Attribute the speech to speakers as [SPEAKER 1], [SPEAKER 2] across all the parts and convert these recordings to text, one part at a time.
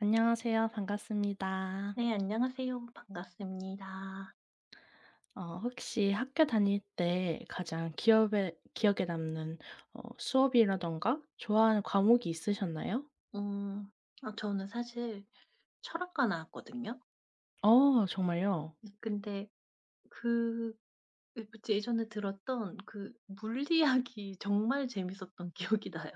[SPEAKER 1] 안녕하세요. 반갑습니다.
[SPEAKER 2] 네, 안녕하세요. 반갑습니다.
[SPEAKER 1] 혹시 학교 다닐 때 가장 기억에 남는 수업이라든가 좋아하는 과목이 있으셨나요?
[SPEAKER 2] 음, 저는 사실 철학과 나왔거든요.
[SPEAKER 1] 어 정말요?
[SPEAKER 2] 근데 그 예전에 들었던 그 물리학이 정말 재밌었던 기억이 나요.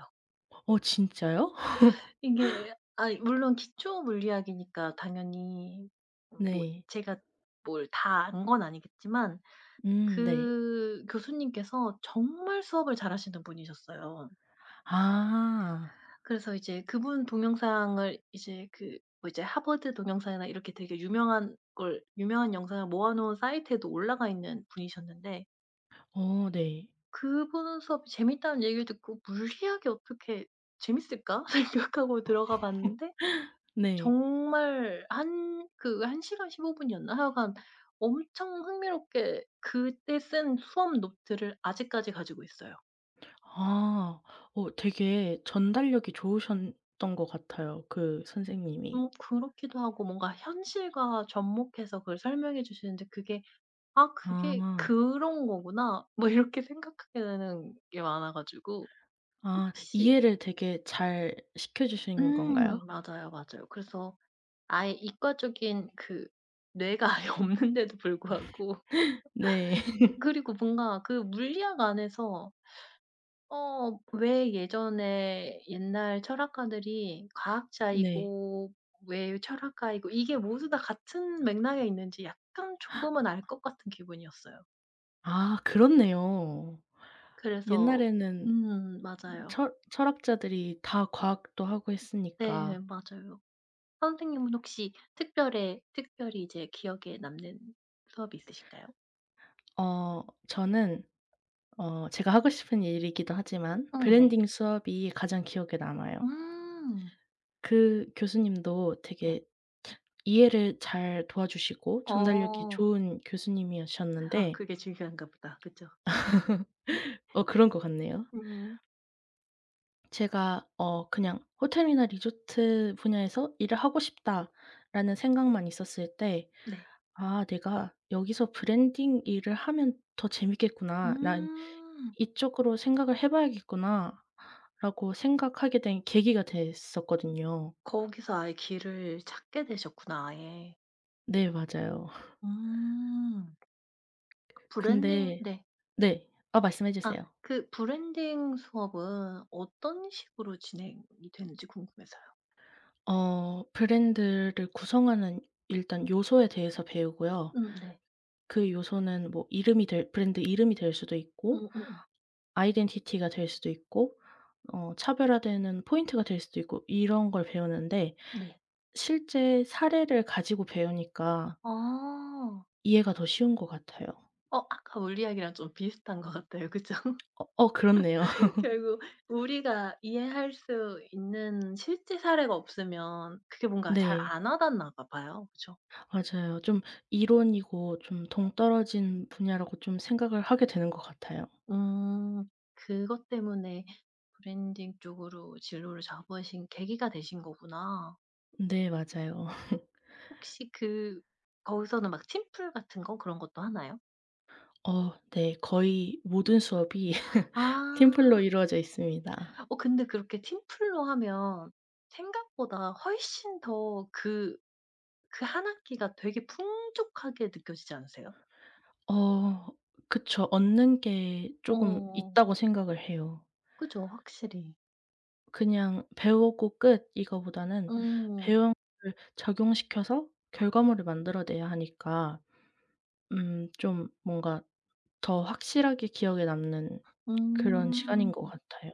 [SPEAKER 1] 어 진짜요?
[SPEAKER 2] 이게 물론 기초 물리학이니까 당연히 뭐
[SPEAKER 1] 네.
[SPEAKER 2] 제가 뭘 다 안 건 아니겠지만
[SPEAKER 1] 네.
[SPEAKER 2] 그 교수님께서 정말 수업을 잘하시는 분이셨어요.
[SPEAKER 1] 아.
[SPEAKER 2] 그래서 이제 그분 동영상을 이제 그 뭐 이제 하버드 동영상이나 이렇게 되게 유명한 걸 유명한 영상을 모아 놓은 사이트에도 올라가 있는 분이셨는데
[SPEAKER 1] 어 네.
[SPEAKER 2] 그분 수업이 재밌다는 얘기를 듣고 '무리하게 어떻게 재밌을까?' 생각하고 들어가 봤는데
[SPEAKER 1] 네.
[SPEAKER 2] 정말 한 그 1 시간 15 분이었나? 하여간 엄청 흥미롭게 그때 쓴 수업 노트를 아직까지 가지고 있어요.
[SPEAKER 1] 아. 어 되게 전달력이 좋으셨던 것 같아요, 그 선생님이.
[SPEAKER 2] 그렇기도 하고 뭔가 현실과 접목해서 그걸 설명해 주시는데 그게 '아 그게
[SPEAKER 1] 아.
[SPEAKER 2] 그런 거구나.' 뭐 이렇게 생각하게 되는 게 많아 가지고
[SPEAKER 1] 아
[SPEAKER 2] 혹시
[SPEAKER 1] 이해를 되게 잘 시켜 주신 건가요?
[SPEAKER 2] 맞아요, 맞아요. 그래서 아예 이과적인 그 뇌가 아예 없는데도 불구하고
[SPEAKER 1] 네.
[SPEAKER 2] 그리고 뭔가 그 물리학 안에서 왜 예전에 옛날 철학가들이
[SPEAKER 1] 네.
[SPEAKER 2] 과학자이고 왜 철학가이고 이게 모두 다 같은 맥락에 있는지 약간 조금은 알 것 같은 기분이었어요.
[SPEAKER 1] 아 그렇네요.
[SPEAKER 2] 그래서
[SPEAKER 1] 옛날에는
[SPEAKER 2] 맞아요.
[SPEAKER 1] 철 철학자들이 다 과학도 하고
[SPEAKER 2] 네,
[SPEAKER 1] 했으니까.
[SPEAKER 2] 맞아요. 선생님은 혹시 특별히 이제 기억에 남는 수업이 있으실까요?
[SPEAKER 1] 어 저는 제가 하고 싶은 일이기도 하지만
[SPEAKER 2] 응, 네.
[SPEAKER 1] 브랜딩 수업이 가장 기억에 남아요.
[SPEAKER 2] 음.
[SPEAKER 1] 그 교수님도
[SPEAKER 2] 네.
[SPEAKER 1] 되게 이해를 잘 도와주시고 전달력이
[SPEAKER 2] 어.
[SPEAKER 1] 좋은
[SPEAKER 2] 아,
[SPEAKER 1] 교수님이셨는데
[SPEAKER 2] 그게 중요한가 보다. 그죠? 음.
[SPEAKER 1] 어 그런 것 같네요.
[SPEAKER 2] 음.
[SPEAKER 1] 제가 그냥 '호텔이나 리조트 분야에서 일을 하고 싶다.'라는 생각만 있었을 때
[SPEAKER 2] 네.
[SPEAKER 1] '아 내가 여기서 브랜딩 일을 하면 더 재밌겠구나. 난
[SPEAKER 2] 음.
[SPEAKER 1] 이쪽으로 생각을 해 봐야겠구나.'라고 생각하게 된 계기가 됐었거든요.
[SPEAKER 2] 거기서 아예 길을 찾게 되셨구나 아예.
[SPEAKER 1] 네 맞아요.
[SPEAKER 2] 음. 브랜딩
[SPEAKER 1] 근데
[SPEAKER 2] 네.
[SPEAKER 1] 네. 아 말씀해
[SPEAKER 2] 아,
[SPEAKER 1] 주세요.
[SPEAKER 2] 그 브랜딩 수업은 어떤 식으로 진행이 되는지 궁금해서요.
[SPEAKER 1] 브랜드를 구성하는 일단 요소에 대해서 배우고요.
[SPEAKER 2] 음, 네.
[SPEAKER 1] 그 요소는 뭐 이름이 될 브랜드 이름이 될 수도 있고
[SPEAKER 2] 음음음.
[SPEAKER 1] 아이덴티티가 될 수도 있고 차별화되는 포인트가 될 수도 있고 이런 걸 배우는데
[SPEAKER 2] 네.
[SPEAKER 1] 실제 사례를 가지고 배우니까
[SPEAKER 2] 아.
[SPEAKER 1] 이해가 더 쉬운 것 같아요.
[SPEAKER 2] 어, 아까 물리학이랑 좀 비슷한 것 같아요. 그죠?
[SPEAKER 1] 어 그렇네요.
[SPEAKER 2] 결국 우리가 이해할 수 있는 실제 사례가 없으면 그게 뭔가 잘
[SPEAKER 1] 네.
[SPEAKER 2] 안 와닿나 봐 봐요. 그죠?
[SPEAKER 1] 맞아요. 좀 이론이고 좀 동떨어진 분야라고 좀 생각을 하게 되는 것 같아요.
[SPEAKER 2] 음. 그것 때문에 브랜딩 쪽으로 진로를 잡으신 계기가 되신 거구나.
[SPEAKER 1] 네 맞아요.
[SPEAKER 2] 혹시 그 거기서는 막 팀플 같은 거 그런 것도 하나요?
[SPEAKER 1] 어 네. 거의 모든 수업이 팀플로
[SPEAKER 2] 아.
[SPEAKER 1] 이루어져 있습니다.
[SPEAKER 2] 어, 근데 그렇게 팀플로 하면 생각보다 훨씬 더그 그 한 학기가 되게 풍족하게 느껴지지 않으세요?
[SPEAKER 1] 어 그쵸. 얻는 게 조금
[SPEAKER 2] 어.
[SPEAKER 1] 있다고 생각을 해요.
[SPEAKER 2] 그죠. 확실히.
[SPEAKER 1] 그냥 배우고 끝 이거보다는
[SPEAKER 2] 음.
[SPEAKER 1] 배운 걸 적용시켜서 결과물을 만들어내야 하니까 좀 뭔가 더 확실하게 기억에 남는 그런 시간인
[SPEAKER 2] 음.
[SPEAKER 1] 것
[SPEAKER 2] 음.
[SPEAKER 1] 같아요.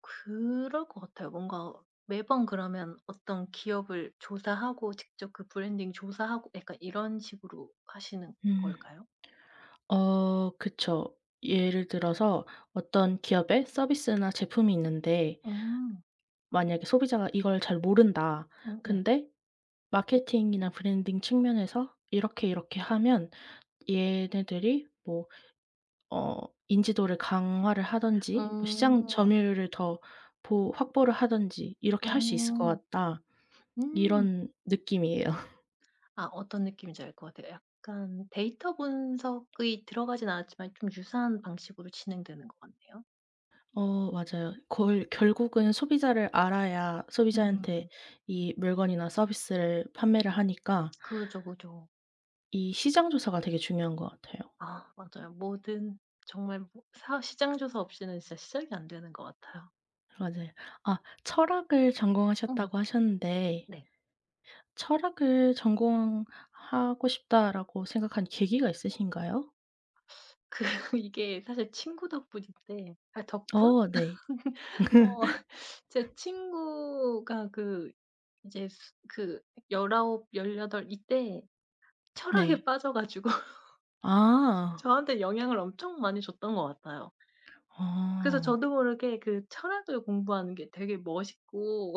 [SPEAKER 2] 그럴 것 같아요. 뭔가 매번 그러면 어떤 기업을 조사하고 직접 그 브랜딩 조사하고 약간 이런 식으로 하시는
[SPEAKER 1] 음.
[SPEAKER 2] 걸까요?
[SPEAKER 1] 어 그쵸. 예를 들어서 어떤 기업의 서비스나 제품이 있는데
[SPEAKER 2] 음.
[SPEAKER 1] 만약에 소비자가 "이걸 잘 모른다."
[SPEAKER 2] 음. 네.
[SPEAKER 1] 근데 마케팅이나 브랜딩 측면에서 "이렇게, 이렇게 하면 얘네들이 뭐 어 인지도를 강화를 하든지 뭐 시장
[SPEAKER 2] 음.
[SPEAKER 1] 점유율을 더 보 확보를 하든지 이렇게 할 수 있을 것
[SPEAKER 2] 음.
[SPEAKER 1] 같다.
[SPEAKER 2] 음.
[SPEAKER 1] 이런 느낌이에요.
[SPEAKER 2] 아, 어떤 느낌인지 알 것 같아요. 약간 데이터 분석이 들어가진 않았지만 좀 유사한 방식으로 진행되는 것 같네요.
[SPEAKER 1] 어 맞아요. 거 결국은 소비자를 알아야 소비자한테
[SPEAKER 2] 음.
[SPEAKER 1] 이 물건이나 서비스를 판매를 하니까
[SPEAKER 2] 그죠, 그죠.
[SPEAKER 1] 이 시장 조사가 되게 중요한 것 같아요.
[SPEAKER 2] 아, 맞아요. 뭐든 정말 뭐 사 시장 조사 없이는 진짜 시작이 안 되는 것 같아요.
[SPEAKER 1] 맞아요. 아 철학을
[SPEAKER 2] 음,
[SPEAKER 1] 전공하셨다고 하셨는데
[SPEAKER 2] 네.
[SPEAKER 1] 철학을 전공하고 싶다라고 생각한 계기가 있으신가요?
[SPEAKER 2] 그 이게 사실 친구 덕분인데 아, 덕분?
[SPEAKER 1] 어 네.
[SPEAKER 2] 어 제 친구가 그 이제 수 그 19, 18 이때 철학에
[SPEAKER 1] 네.
[SPEAKER 2] 빠져 가지고
[SPEAKER 1] 아.
[SPEAKER 2] 저한테 영향을 엄청 많이 줬던 것 같아요. 그래서
[SPEAKER 1] 아.
[SPEAKER 2] 저도 모르게 그 철학을 공부하는 게 되게 멋있고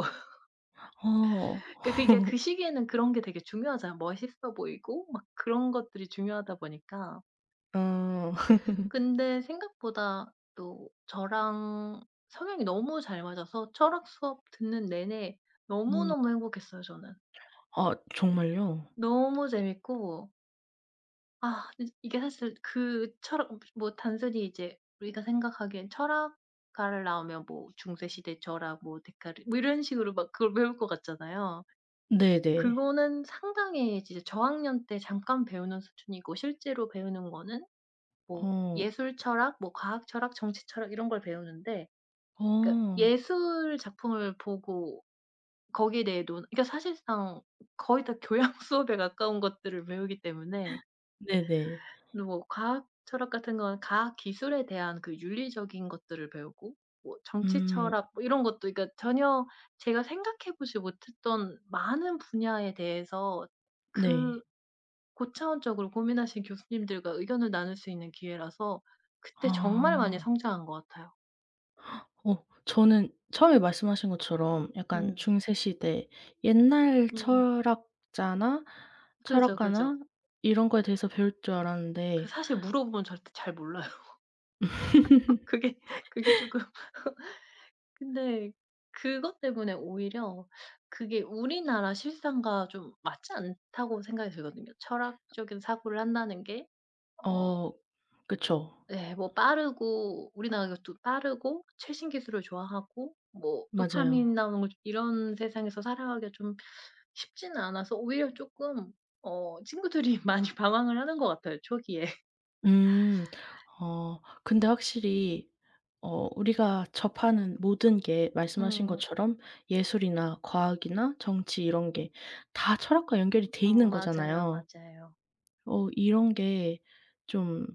[SPEAKER 1] 어.
[SPEAKER 2] 그게 그 시기에는 그런 게 되게 중요하잖아요. 멋있어 보이고 막 그런 것들이 중요하다 보니까.
[SPEAKER 1] 어.
[SPEAKER 2] 근데 생각보다 또 저랑 성향이 너무 잘 맞아서 철학 수업 듣는 내내
[SPEAKER 1] 음.
[SPEAKER 2] 너무너무 행복했어요 저는.
[SPEAKER 1] 아 정말요?
[SPEAKER 2] 너무 재밌고 아 이 이게 사실 그 철학 뭐 단순히 이제 우리가 생각하기엔 철학가를 나오면 뭐 중세 시대 철학 뭐 데카르 뭐 이런 식으로 막 그걸 배울 것 같잖아요.
[SPEAKER 1] 네네.
[SPEAKER 2] 그거는 상당히 진짜 저학년 때 잠깐 배우는 수준이고 실제로 배우는 거는 뭐
[SPEAKER 1] 어.
[SPEAKER 2] 예술 철학, 뭐 과학 철학, 정치 철학 이런 걸 배우는데 그러니까
[SPEAKER 1] 어.
[SPEAKER 2] 예술 작품을 보고 거기에 대해 논 그러니까 사실상 거의 다 교양 수업에 가까운 것들을 배우기 때문에
[SPEAKER 1] 네네.
[SPEAKER 2] 뭐 과학 철학 같은 건 과학 기술에 대한 그 윤리적인 것들을 배우고 뭐 정치
[SPEAKER 1] 음
[SPEAKER 2] 철학 뭐 이런 것도 그러니까 전혀 제가 생각해 보지 못했던 많은 분야에 대해서 그
[SPEAKER 1] 네.
[SPEAKER 2] 고차원적으로 고민하신 교수님들과 의견을 나눌 수 있는 기회라서 그때 정말 많이
[SPEAKER 1] 아.
[SPEAKER 2] 성장한 것 같아요.
[SPEAKER 1] 어 저는 처음에 말씀하신 것처럼 약간
[SPEAKER 2] 음.
[SPEAKER 1] 중세 시대 옛날
[SPEAKER 2] 음.
[SPEAKER 1] 철학자나
[SPEAKER 2] 그죠, 그죠.
[SPEAKER 1] 철학가나 이런 거에 대해서 배울 줄 알았는데
[SPEAKER 2] 사실 물어보면 절대 잘 몰라요. 그게 그게 쪼끔 근데 그것 때문에 오히려 그게 우리나라 실상과 좀 맞지 않다고 생각이 들거든요. 철학적인 사고를 한다는 게 어
[SPEAKER 1] 어 그쵸.
[SPEAKER 2] 예, 뭐 빠르고 우리나라가 또 빠르고 최신 기술을 좋아하고 뭐 도파민
[SPEAKER 1] 맞아요.
[SPEAKER 2] 나오는 거 이런 세상에서 살아가기가 좀 쉽지는 않아서 오히려 쪼끔 친구들이 많이 방황을 하는 것 같아요 초기에.
[SPEAKER 1] 음. 어 근데 확실히 우리가 접하는 모든 게 말씀하신
[SPEAKER 2] 음.
[SPEAKER 1] 것처럼 예술이나 과학이나 정치 이런 게 다 철학과 연결이 돼
[SPEAKER 2] 음,
[SPEAKER 1] 있는
[SPEAKER 2] 맞아요,
[SPEAKER 1] 거잖아요.
[SPEAKER 2] 맞아요.
[SPEAKER 1] 어 이런 게 좀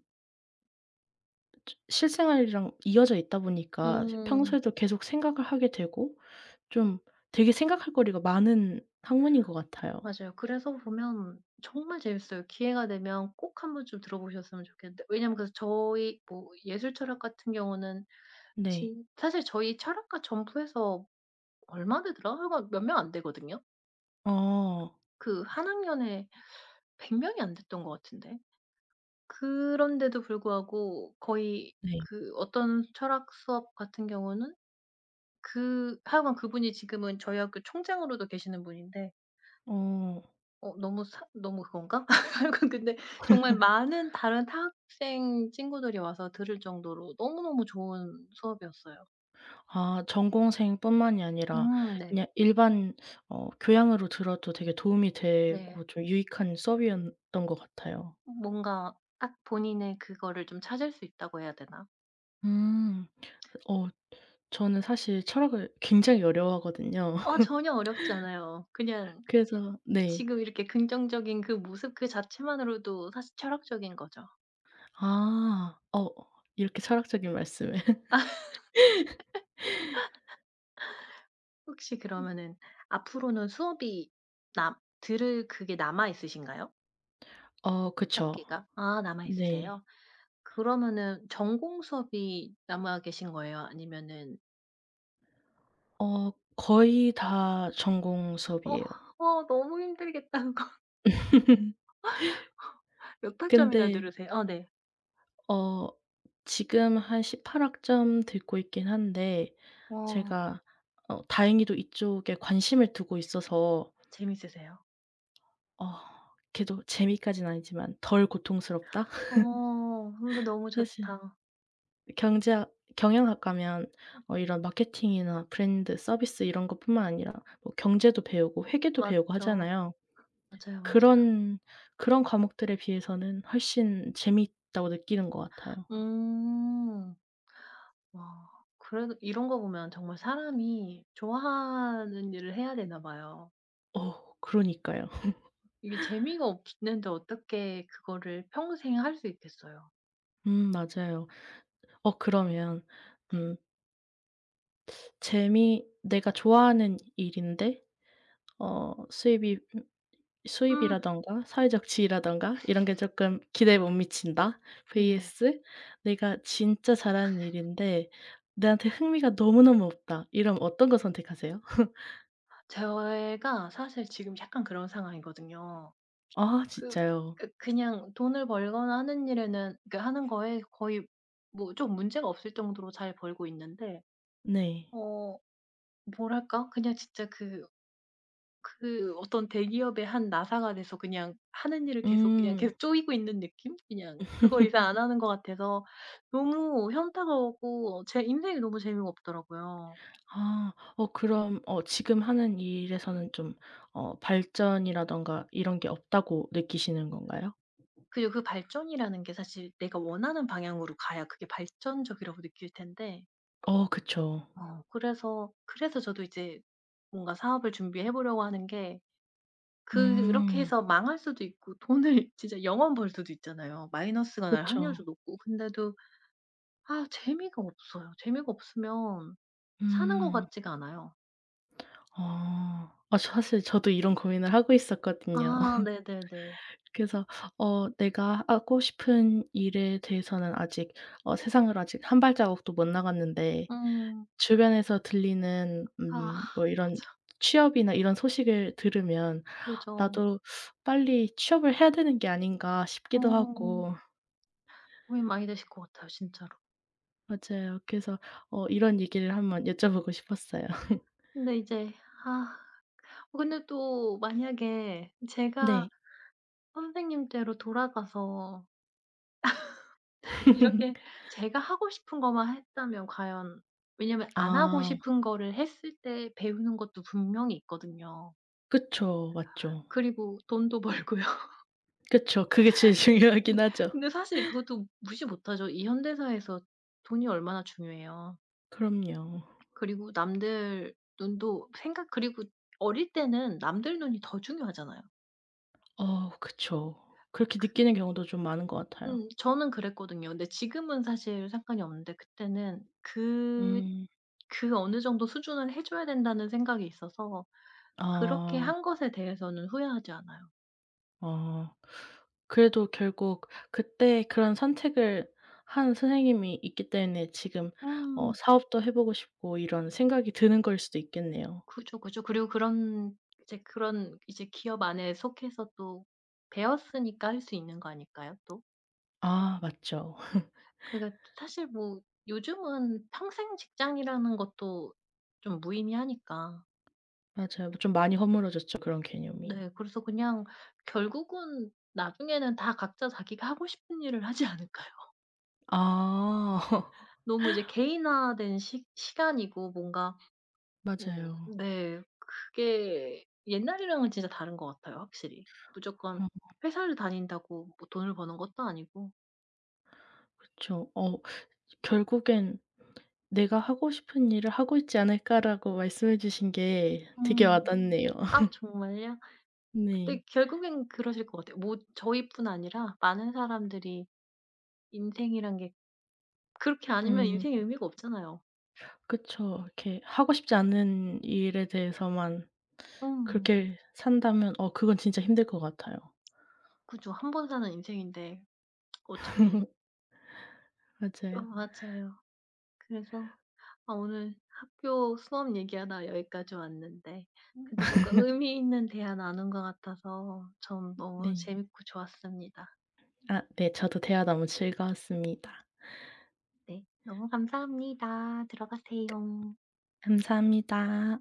[SPEAKER 1] 실생활이랑 이어져 있다 보니까
[SPEAKER 2] 음,
[SPEAKER 1] 평소에도 계속 생각을 하게 되고 좀 되게 생각할 거리가 많은 학문인 것 같아요.
[SPEAKER 2] 맞아요. 그래서 보면 정말 재밌어요. 기회가 되면 꼭 한 번쯤 들어보셨으면 좋겠는데 왜냐면 그래서 저희 뭐 예술 철학 같은 경우는
[SPEAKER 1] 네.
[SPEAKER 2] 진 사실 저희 철학과 전부에서 얼마 되더라? 하여간 몇 명 안 되거든요.
[SPEAKER 1] 어.
[SPEAKER 2] 그 한 학년에 100 명이 안 됐던 것 같은데. 그런데도 불구하고 거의
[SPEAKER 1] 네.
[SPEAKER 2] 그 어떤 철학 수업 같은 경우는 그 하여간 그분이 지금은 저희 학교 총장으로도 계시는 분인데
[SPEAKER 1] 어.
[SPEAKER 2] 너무 그건가? 하여간 근데 정말 많은 다른 타학생 친구들이 와서 들을 정도로 너무너무 좋은 수업이었어요.
[SPEAKER 1] 아 전공생뿐만이 아니라
[SPEAKER 2] 음, 네.
[SPEAKER 1] 그냥 일반 교양으로 들어도 되게 도움이
[SPEAKER 2] 네.
[SPEAKER 1] 되고 좀 유익한 수업이었던 것 같아요.
[SPEAKER 2] 뭔가 딱 본인의 그거를 좀 찾을 수 있다고 해야 되나?
[SPEAKER 1] 음. 어 저는 사실 철학을 굉장히 어려워하거든요.
[SPEAKER 2] 어, 전혀 어렵지 않아요. 그냥
[SPEAKER 1] 그래서 네.
[SPEAKER 2] 지금 이렇게 긍정적인 그 모습 그 자체만으로도 사실 철학적인 거죠.
[SPEAKER 1] 아. 어 이렇게 철학적인 말씀을.
[SPEAKER 2] 아, 혹시 그러면은 앞으로는 수업이 남 들을 그게 남아 있으신가요?
[SPEAKER 1] 어 그쵸.
[SPEAKER 2] 학기가? 아, 남아
[SPEAKER 1] 네.
[SPEAKER 2] 있으세요? 그러면은 전공 수업이 남아 계신 거예요? 아니면은
[SPEAKER 1] 어 거의 다 전공
[SPEAKER 2] 어
[SPEAKER 1] 수업이에요.
[SPEAKER 2] 너무 힘들겠다 그거. 몇 학점이나
[SPEAKER 1] 근데
[SPEAKER 2] 들으세요? 어, 네.
[SPEAKER 1] 어 지금 한 18 학점 듣고 있긴 한데
[SPEAKER 2] 어,
[SPEAKER 1] 제가 다행히도 이쪽에 관심을 두고 있어서
[SPEAKER 2] 재밌으세요?
[SPEAKER 1] 어 그래도 재미까지는 아니지만 덜 고통스럽다?
[SPEAKER 2] 어, 근데 너무
[SPEAKER 1] 사실
[SPEAKER 2] 좋다.
[SPEAKER 1] 경제학 경영학 가면 이런 마케팅이나 브랜드, 서비스 이런 것뿐만 아니라 뭐 경제도 배우고 회계도 배우고
[SPEAKER 2] 맞죠.
[SPEAKER 1] 하잖아요.
[SPEAKER 2] 맞아요, 맞아요.
[SPEAKER 1] 그런 그런 과목들에 비해서는 훨씬 재미있다고 느끼는 것 같아요.
[SPEAKER 2] 음. 와, 그래도 이런 거 보면 정말 사람이 좋아하는 일을 해야 되나 봐요.
[SPEAKER 1] 어 그러니까요.
[SPEAKER 2] 이게 재미가 없는데 어떻게 그거를 평생 할 수 있겠어요.
[SPEAKER 1] 맞아요. 어 그러면
[SPEAKER 2] 네.
[SPEAKER 1] 음 재미 내가 좋아하는 일인데 수입이
[SPEAKER 2] 음.
[SPEAKER 1] 수입이라든가 사회적 지위라든가 이런 게 쪼끔 기대에 못 미친다.
[SPEAKER 2] 네.
[SPEAKER 1] vs 내가 진짜 잘하는 일인데 나한테 흥미가 너무너무 없다. 이러면 어떤 거 선택하세요?
[SPEAKER 2] 제가 사실 지금 약간 그런 상황이거든요.
[SPEAKER 1] 아
[SPEAKER 2] 그
[SPEAKER 1] 진짜요?
[SPEAKER 2] 그냥 돈을 벌거나 하는 일에는 그 하는 거에 거의 뭐 좀 문제가 없을 정도로 잘 벌고 있는데
[SPEAKER 1] 네.
[SPEAKER 2] 어 뭐랄까? 그냥 진짜 그 어떤 대기업의 한 나사가 돼서 그냥 하는 일을 계속 그냥
[SPEAKER 1] 음.
[SPEAKER 2] 계속 쪼이고 있는 느낌? 그냥 그거 이상 안 하는 것 같아서 너무 현타가 오고 제 인생이 너무 재미가 없더라고요.
[SPEAKER 1] 아. 그럼 어 지금 하는 일에서는 좀 발전이라든가 이런 게 없다고 느끼시는 건가요?
[SPEAKER 2] 그리고 그 발전이라는 게 사실 내가 원하는 방향으로 가야 그게 발전적이라고 느낄 텐데
[SPEAKER 1] 어 그쵸.
[SPEAKER 2] 그래서 저도 이제 뭔가 사업을 준비해 보려고 하는 게 그렇게
[SPEAKER 1] 음.
[SPEAKER 2] 해서 망할 수도 있고 돈을 진짜 0원 벌 수도 있잖아요. 마이너스가 날
[SPEAKER 1] 그쵸.
[SPEAKER 2] 확률도 높고. 근데도 아, 재미가 없어요. 재미가 없으면 사는 것
[SPEAKER 1] 음.
[SPEAKER 2] 같지가 않아요.
[SPEAKER 1] 아. 아 사실 저도 이런 고민을 하고
[SPEAKER 2] 아,
[SPEAKER 1] 있었거든요.
[SPEAKER 2] 네네네.
[SPEAKER 1] 그래서 내가 하고 싶은 일에 대해서는 아직 세상을 아직 한 발자국도 못 나갔는데
[SPEAKER 2] 음.
[SPEAKER 1] 주변에서 들리는
[SPEAKER 2] 아
[SPEAKER 1] 뭐 이런
[SPEAKER 2] 맞아.
[SPEAKER 1] 취업이나 이런 소식을 들으면
[SPEAKER 2] 그죠.
[SPEAKER 1] '나도 빨리 취업을 해야 되는 게 아닌가.' 싶기도
[SPEAKER 2] 어,
[SPEAKER 1] 하고.
[SPEAKER 2] 고민 많이 되실 것 같아요 진짜로.
[SPEAKER 1] 맞아요. 그래서 이런 얘기를 한번 여쭤보고 싶었어요.
[SPEAKER 2] 근데 이제 아 근데 또 만약에
[SPEAKER 1] 네.
[SPEAKER 2] 제가 선생님 때로 돌아가서 이렇게 제가 하고 싶은 것만 했다면 과연 왜냐면 안 하고
[SPEAKER 1] 아.
[SPEAKER 2] 싶은 거를 했을 때 배우는 것도 분명히 있거든요.
[SPEAKER 1] 그쵸. 맞죠.
[SPEAKER 2] 그리고 돈도 벌고요.
[SPEAKER 1] 그쵸. 그게 제일 중요하긴 하죠.
[SPEAKER 2] 근데 사실 그것도 무시 못하죠. 이 현대사에서 돈이 얼마나 중요해요.
[SPEAKER 1] 그럼요.
[SPEAKER 2] 그리고 남들 눈도 생각 그리고 어릴 때는 남들 눈이 더 중요하잖아요.
[SPEAKER 1] 어 그쵸. 그렇게 느끼는
[SPEAKER 2] 그
[SPEAKER 1] 경우도 좀 많은 것 같아요.
[SPEAKER 2] 저는 그랬거든요. 근데 지금은 사실 상관이 없는데 그때는 그
[SPEAKER 1] 음.
[SPEAKER 2] 그 어느 정도 수준을 해 줘야 된다는 생각이 있어서 그렇게
[SPEAKER 1] 아.
[SPEAKER 2] 한 것에 대해서는 후회하지 않아요.
[SPEAKER 1] 아. 그래도 결국 그때 그런 선택을 한 선생님이 있기 때문에 지금
[SPEAKER 2] 음.
[SPEAKER 1] 사업도 해 보고 싶고 이런 생각이 드는 거일 수도 있겠네요.
[SPEAKER 2] 그죠, 그죠. 그리고 그런 이제 기업 안에 속해서 또 배웠으니까 할 수 있는 거 아닐까요 또?
[SPEAKER 1] 아 맞죠.
[SPEAKER 2] 그러니까 사실 뭐 요즘은 평생 직장이라는 것도 좀 무의미하니까.
[SPEAKER 1] 맞아요. 좀 많이 허물어졌죠, 그런 개념이.
[SPEAKER 2] 네. 그래서 그냥 결국은 나중에는 다 각자 자기가 하고 싶은 일을 하지 않을까요?
[SPEAKER 1] 아.
[SPEAKER 2] 너무 이제 개인화된 시 시간이고 뭔가 음,
[SPEAKER 1] 맞아요.
[SPEAKER 2] 네. 그게 옛날이랑은 진짜 다른 것 같아요 확실히. 무조건
[SPEAKER 1] 어
[SPEAKER 2] 회사를 다닌다고 뭐 돈을 버는 것도 아니고.
[SPEAKER 1] 그쵸. 어 결국엔 '내가 하고 싶은 일을 하고 있지 않을까.'라고 말씀해 주신 게 되게
[SPEAKER 2] 음.
[SPEAKER 1] 와 닿네요.
[SPEAKER 2] 아, 정말요? 근데
[SPEAKER 1] 네.
[SPEAKER 2] 결국엔 그러실 것 같아요. 뭐 저희뿐 아니라 많은 사람들이 인생이란 게 그렇게 아니면
[SPEAKER 1] 음
[SPEAKER 2] 인생의 의미가 없잖아요.
[SPEAKER 1] 그쵸. 이렇게 하고 싶지 않은 일에 대해서만
[SPEAKER 2] 음.
[SPEAKER 1] 그렇게 산다면 어 그건 진짜 힘들 것 같아요.
[SPEAKER 2] 그죠. 한 번 사는 인생인데 어차피 어,
[SPEAKER 1] 맞아요.
[SPEAKER 2] 맞아요. 그래서 오늘 학교 수업 얘기하다 여기까지 왔는데 그래도 뭔가 의미 있는 대화 나눈 것 같아서 전 너무
[SPEAKER 1] 네.
[SPEAKER 2] 재밌고 좋았습니다.
[SPEAKER 1] 아 네. 저도 대화 너무 즐거웠습니다.
[SPEAKER 2] 네. 너무 감사합니다. 들어가세요.
[SPEAKER 1] 감사합니다.